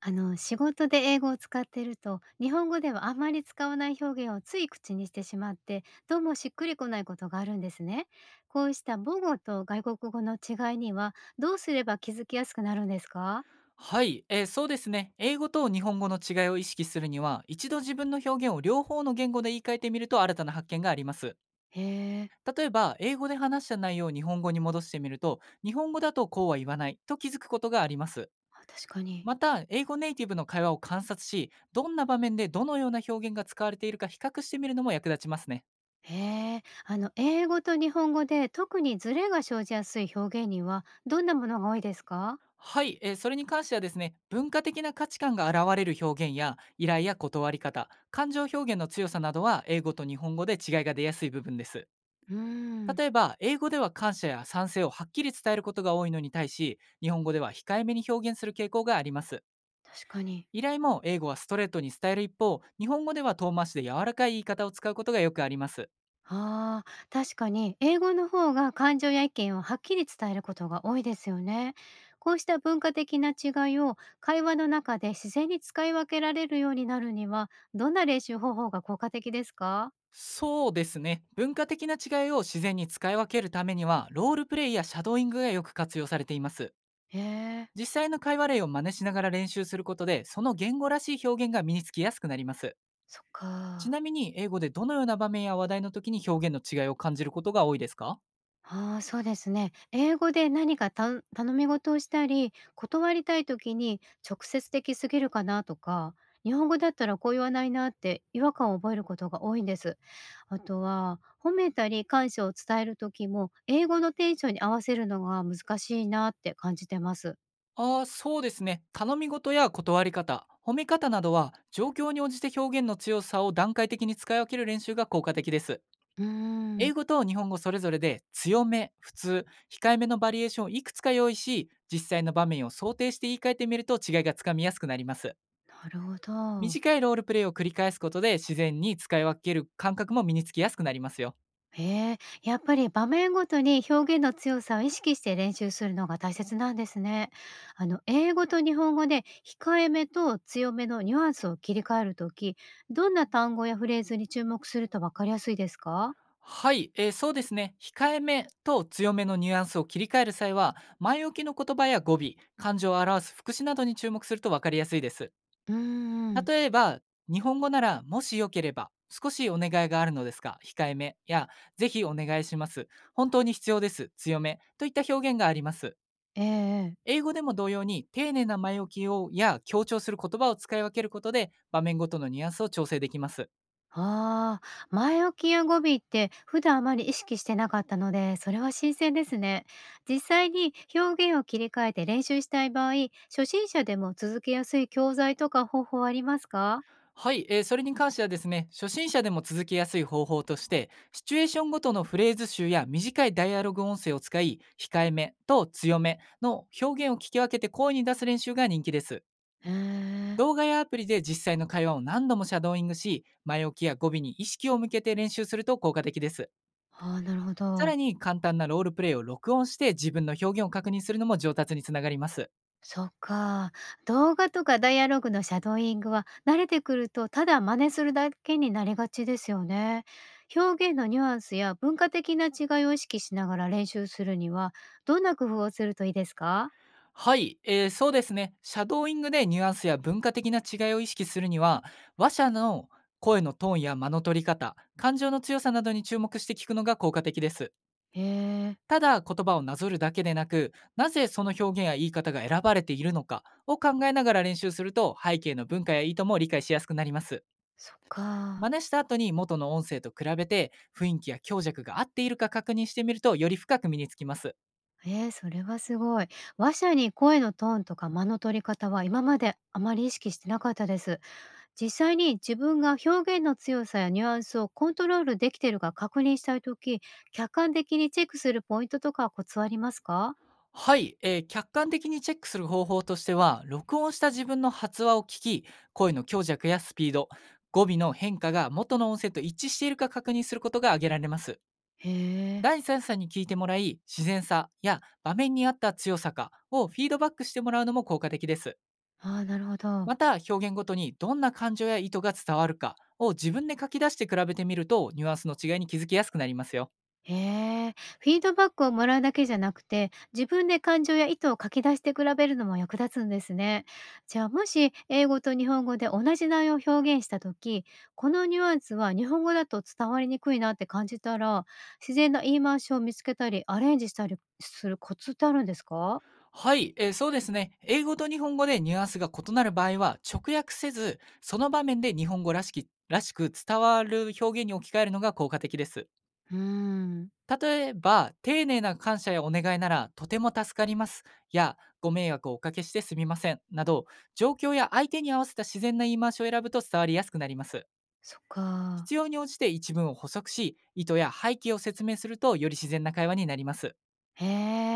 仕事で英語を使っていると、日本語ではあまり使わない表現をつい口にしてしまって、どうもしっくりこないことがあるんですね。こうした母語と外国語の違いには、どうすれば気づきやすくなるんですか？はい、そうですね。英語と日本語の違いを意識するには、一度自分の表現を両方の言語で言い換えてみると新たな発見があります。へえ。例えば、英語で話した内容を日本語に戻してみると、日本語だとこうは言わないと気づくことがあります。あ、確かに。また、英語ネイティブの会話を観察し、どんな場面でどのような表現が使われているか比較してみるのも役立ちますね。へえ。英語と日本語で特にズレが生じやすい表現には、どんなものが多いですか？はい、それに関してはですね、文化的な価値観が現れる表現や依頼や断り方、感情表現の強さなどは英語と日本語で違いが出やすい部分です。うーん。例えば、英語では感謝や賛成をはっきり伝えることが多いのに対し、日本語では控えめに表現する傾向があります。確かに。依頼も、英語はストレートに伝える一方、日本語では遠回しで柔らかい言い方を使うことがよくあります。ああ、確かに英語の方が感情や意見をはっきり伝えることが多いですよね。こうした文化的な違いを会話の中で自然に使い分けられるようになるには、どんな練習方法が効果的ですか？そうですね、文化的な違いを自然に使い分けるためには、ロールプレイやシャドーイングがよく活用されています。へえ。実際の会話例を真似しながら練習することで、その言語らしい表現が身につきやすくなります。そっちか。なみに、英語でどのような場面や話題の時に表現の違いを感じることが多いですか？ああ、そうですね。英語で何か頼み事をしたり、断りたい時に直接的すぎるかなとか、日本語だったらこう言わないなって違和感を覚えることが多いんです。あとは、褒めたり感謝を伝える時も、英語のテンションに合わせるのが難しいなって感じてます。ああ、そうですね。頼み事や断り方、褒め方などは、状況に応じて表現の強さを段階的に使い分ける練習が効果的です。うー英ん。語と日本語それぞれで強め、普通、控えめのバリエーションをいくつか用意し、実際の場面を想定して言い換えてみると違いがつかみやすくなります。なるほど。短いロールプレイを繰り返すことで自然に使い分ける感覚も身につきやすくなりますよ。ええ、やっぱり場面ごとに表現の強さを意識して練習するのが大切なんですね。英語と日本語で控えめと強めのニュアンスを切り替えるとき、どんな単語やフレーズに注目するとわかりやすいですか？はい、そうですね、控えめと強めのニュアンスを切り替える際は、前置きの言葉や語尾、感情を表す副詞などに注目すると分かりやすいです。うーん。例えば、日本語なら、もしよければ、少しお願いがあるのですが、控えめや、ぜひお願いします、本当に必要です、強めといった表現があります。ええ。英語でも同様に、丁寧な前置きをや強調する言葉を使い分けることで、場面ごとのニュアンスを調整できます。ああ、前置きや語尾って普段あまり意識してなかったので、それは新鮮ですね。実際に表現を切り替えて練習したい場合、初心者でも続けやすい教材とか方法はありますか？はい、それに関してはですね、初心者でも続けやすい方法として、シチュエーションごとのフレーズ集や短いダイアログ音声を使い、控えめと強めの表現を聞き分けて声に出す練習が人気です。へえ。動画やアプリで実際の会話を何度もシャドーイングし、前置きや語尾に意識を向けて練習すると効果的です。ああ、なるほさど。らに簡単なロールプレイを録音して自分の表現を確認するのも上達につながります。そっか。動画とかダイアログのシャドーイングは慣れてくるとただ真似するだけになりがちですよね。表現のニュアンスや文化的な違いを意識しながら練習するには、どんな工夫をするといいですか？はい、そうですね。シャドーイングでニュアンスや文化的な違いを意識するには、話者の声のトーンや間の取り方、感情の強さなどに注目して聞くのが効果的です。へえ。ただ言葉をなぞるだけでなく、なぜその表現や言い方が選ばれているのかを考えながら練習すると、背景の文化や意図も理解しやすくなります。そっ真か。似した後に元の音声と比べて、雰囲気や強弱が合っているか確認してみると、より深く身につきます。ええ、それはすごい。話者に声のトーンとか間の取り方は今まであまり意識してなかったです。実際に自分が表現の強さやニュアンスをコントロールできているか確認したいとき、客観的にチェックするポイントとかコツはありますか？はい、客観的にチェックする方法としては、録音した自分の発話を聞き、声の強弱やスピード、語尾の変化が元の音声と一致しているか確認することが挙げられます。へえ。第三者に聞いてもらい、自然さや場面に合った強さかをフィードバックしてもらうのも効果的です。ああー、なるほど。また、表現ごとにどんな感情や意図が伝わるかを自分で書き出して比べてみると、ニュアンスの違いに気づきやすくなりますよ。へえ、フィードバックをもらうだけじゃなくて、自分で感情や意図を書き出して比べるのも役立つんですね。じゃあもし英語と日本語で同じ内容を表現した時、このニュアンスは日本語だと伝わりにくいなって感じたら、自然な言い回しを見つけたりアレンジしたりするコツってあるんですか？はい、そうですね。英語と日本語でニュアンスが異なる場合は、直訳せず、その場面で日本語らしきらしく伝わる表現に置き換えるのが効果的です。うーん。例えば、丁寧な感謝やお願いなら、とても助かります。や、ご迷惑をおかけしてすみません。など、状況や相手に合わせた自然な言い回しを選ぶと伝わりやすくなります。そっか。必要に応じて一文を補足し、意図や背景を説明するとより自然な会話になります。へ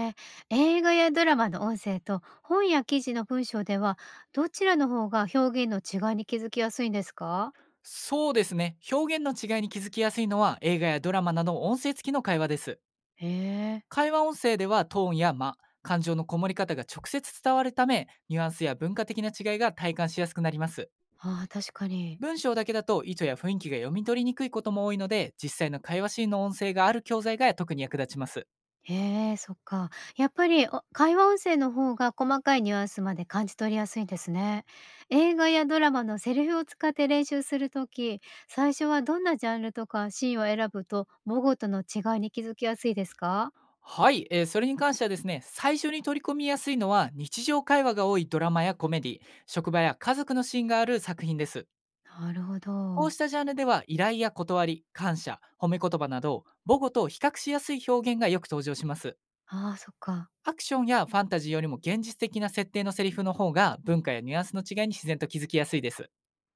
え。映画やドラマの音声と本や記事の文章では、どちらの方が表現の違いに気づきやすいんですか？そうですね。表現の違いに気づきやすいのは映画やドラマなど音声付きの会話です。へえ。会話音声ではトーンや間、感情のこもり方が直接伝わるため、ニュアンスや文化的な違いが体感しやすくなります。ああ、確かに。文章だけだと意図や雰囲気が読み取りにくいことも多いので、実際の会話シーンの音声がある教材が特に役立ちます。へえ。そっか。やっぱり、お会話音声の方が細かいニュアンスまで感じ取りやすいんですね。映画やドラマのセリフを使って練習するとき、最初はどんなジャンルとかシーンを選ぶと、母語との違いに気づきやすいですか？はい、それに関してはですね、最初に取り込みやすいのは、日常会話が多いドラマやコメディ、職場や家族のシーンがある作品です。なるほこうど。したジャンルでは依頼や断り、感謝、褒め言葉など母語と比較しやすい表現がよく登場します。ああ、そっか。アクションやファンタジーよりも現実的な設定のセリフの方が、文化やニュアンスの違いに自然と気づきやすいです。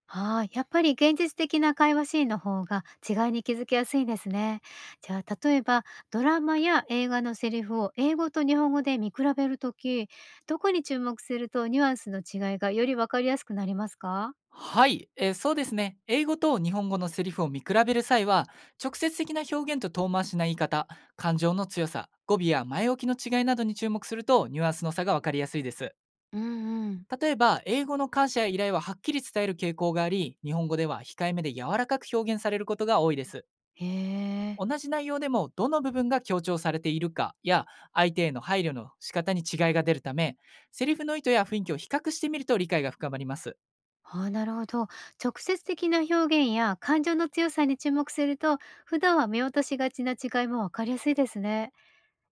はあ、やっぱり現実的な会話シーンの方が違いに気づきやすいですね。じゃあ例えばドラマや映画のセリフを英語と日本語で見比べるとき、どこに注目するとニュアンスの違いがよりわかりやすくなりますか？はい、そうですね。英語と日本語のセリフを見比べる際は、直接的な表現と遠回しな言い方、感情の強さ、語尾や前置きの違いなどに注目すると、ニュアンスの差がわかりやすいです。うんうん。例えば、英語の感謝や依頼ははっきり伝える傾向があり、日本語では控えめで柔らかく表現されることが多いです。へえ。同じ内容でも、どの部分が強調されているかや、相手への配慮の仕方に違いが出るため、セリフの意図や雰囲気を比較してみると理解が深まります。ああ、なるほど。直接的な表現や感情の強さに注目すると、普段は見落としがちな違いもわかりやすいですね。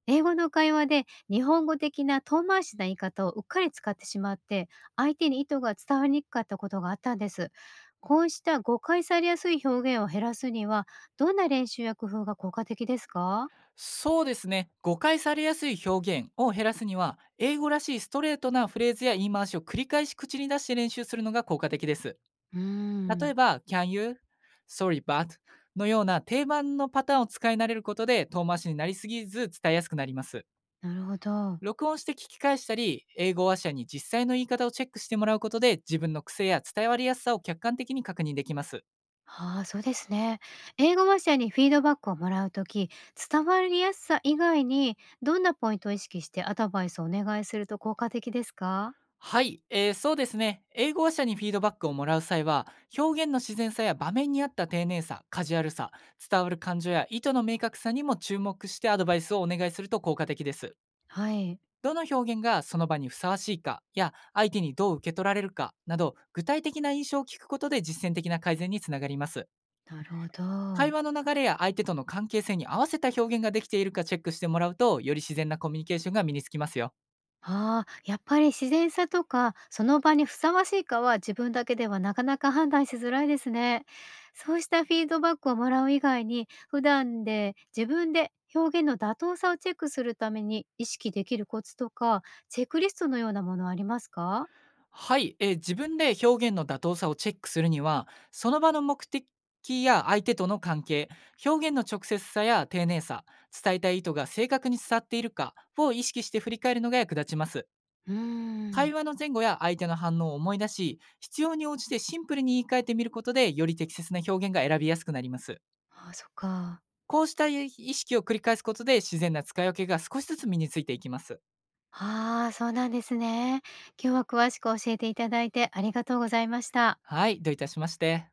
英語の会話で日本語的な遠回しな言い方をうっかり使ってしまって、相手に意図が伝わりにくかったことがあったんです。こうした誤解されやすい表現を減らすには、どんな練習や工夫が効果的ですか？そうですね。誤解されやすい表現を減らすには、英語らしいストレートなフレーズや言い回しを繰り返し口に出して練習するのが効果的です。うー例えん。ば、can you, sorry but のような定番のパターンを使い慣れることで、遠回しになりすぎず伝えやすくなります。なるほど。録音して聞き返したり、英語話者に実際の言い方をチェックしてもらうことで、自分の癖や伝わりやすさを客観的に確認できます。ああ、そうですね。英語話者にフィードバックをもらうとき、伝わりやすさ以外にどんなポイントを意識してアドバイスをお願いすると効果的ですか？はい、そうですね。英語話者にフィードバックをもらう際は、表現の自然さや場面に合った丁寧さ、カジュアルさ、伝わる感情や意図の明確さにも注目してアドバイスをお願いすると効果的です。はい。どの表現がその場にふさわしいかや相手にどう受け取られるかなど、具体的な印象を聞くことで実践的な改善につながります。なるほ会ど。話の流れや相手との関係性に合わせた表現ができているかチェックしてもらうと、より自然なコミュニケーションが身につきますよ。ああ、やっぱり自然さとか、その場にふさわしいかは自分だけではなかなか判断しづらいですね。そうしたフィードバックをもらう以外に、普段で自分で表現の妥当さをチェックするために意識できるコツとか、チェックリストのようなものはありますか？はい、自分で表現の妥当さをチェックするには、その場の目的や相手との関係、表現の直接さや丁寧さ、伝えたい意図が正確に伝わっているかを意識して振り返るのが役立ちます。うー会ん。話の前後や相手の反応を思い出し、必要に応じてシンプルに言い換えてみることで、より適切な表現が選びやすくなります。ああ、そっか。こうした意識を繰り返すことで自然な使い分けが少しずつ身についていきます。ああ、そうなんですね。今日は詳しく教えていただいてありがとうございました。はい、どういたしまして。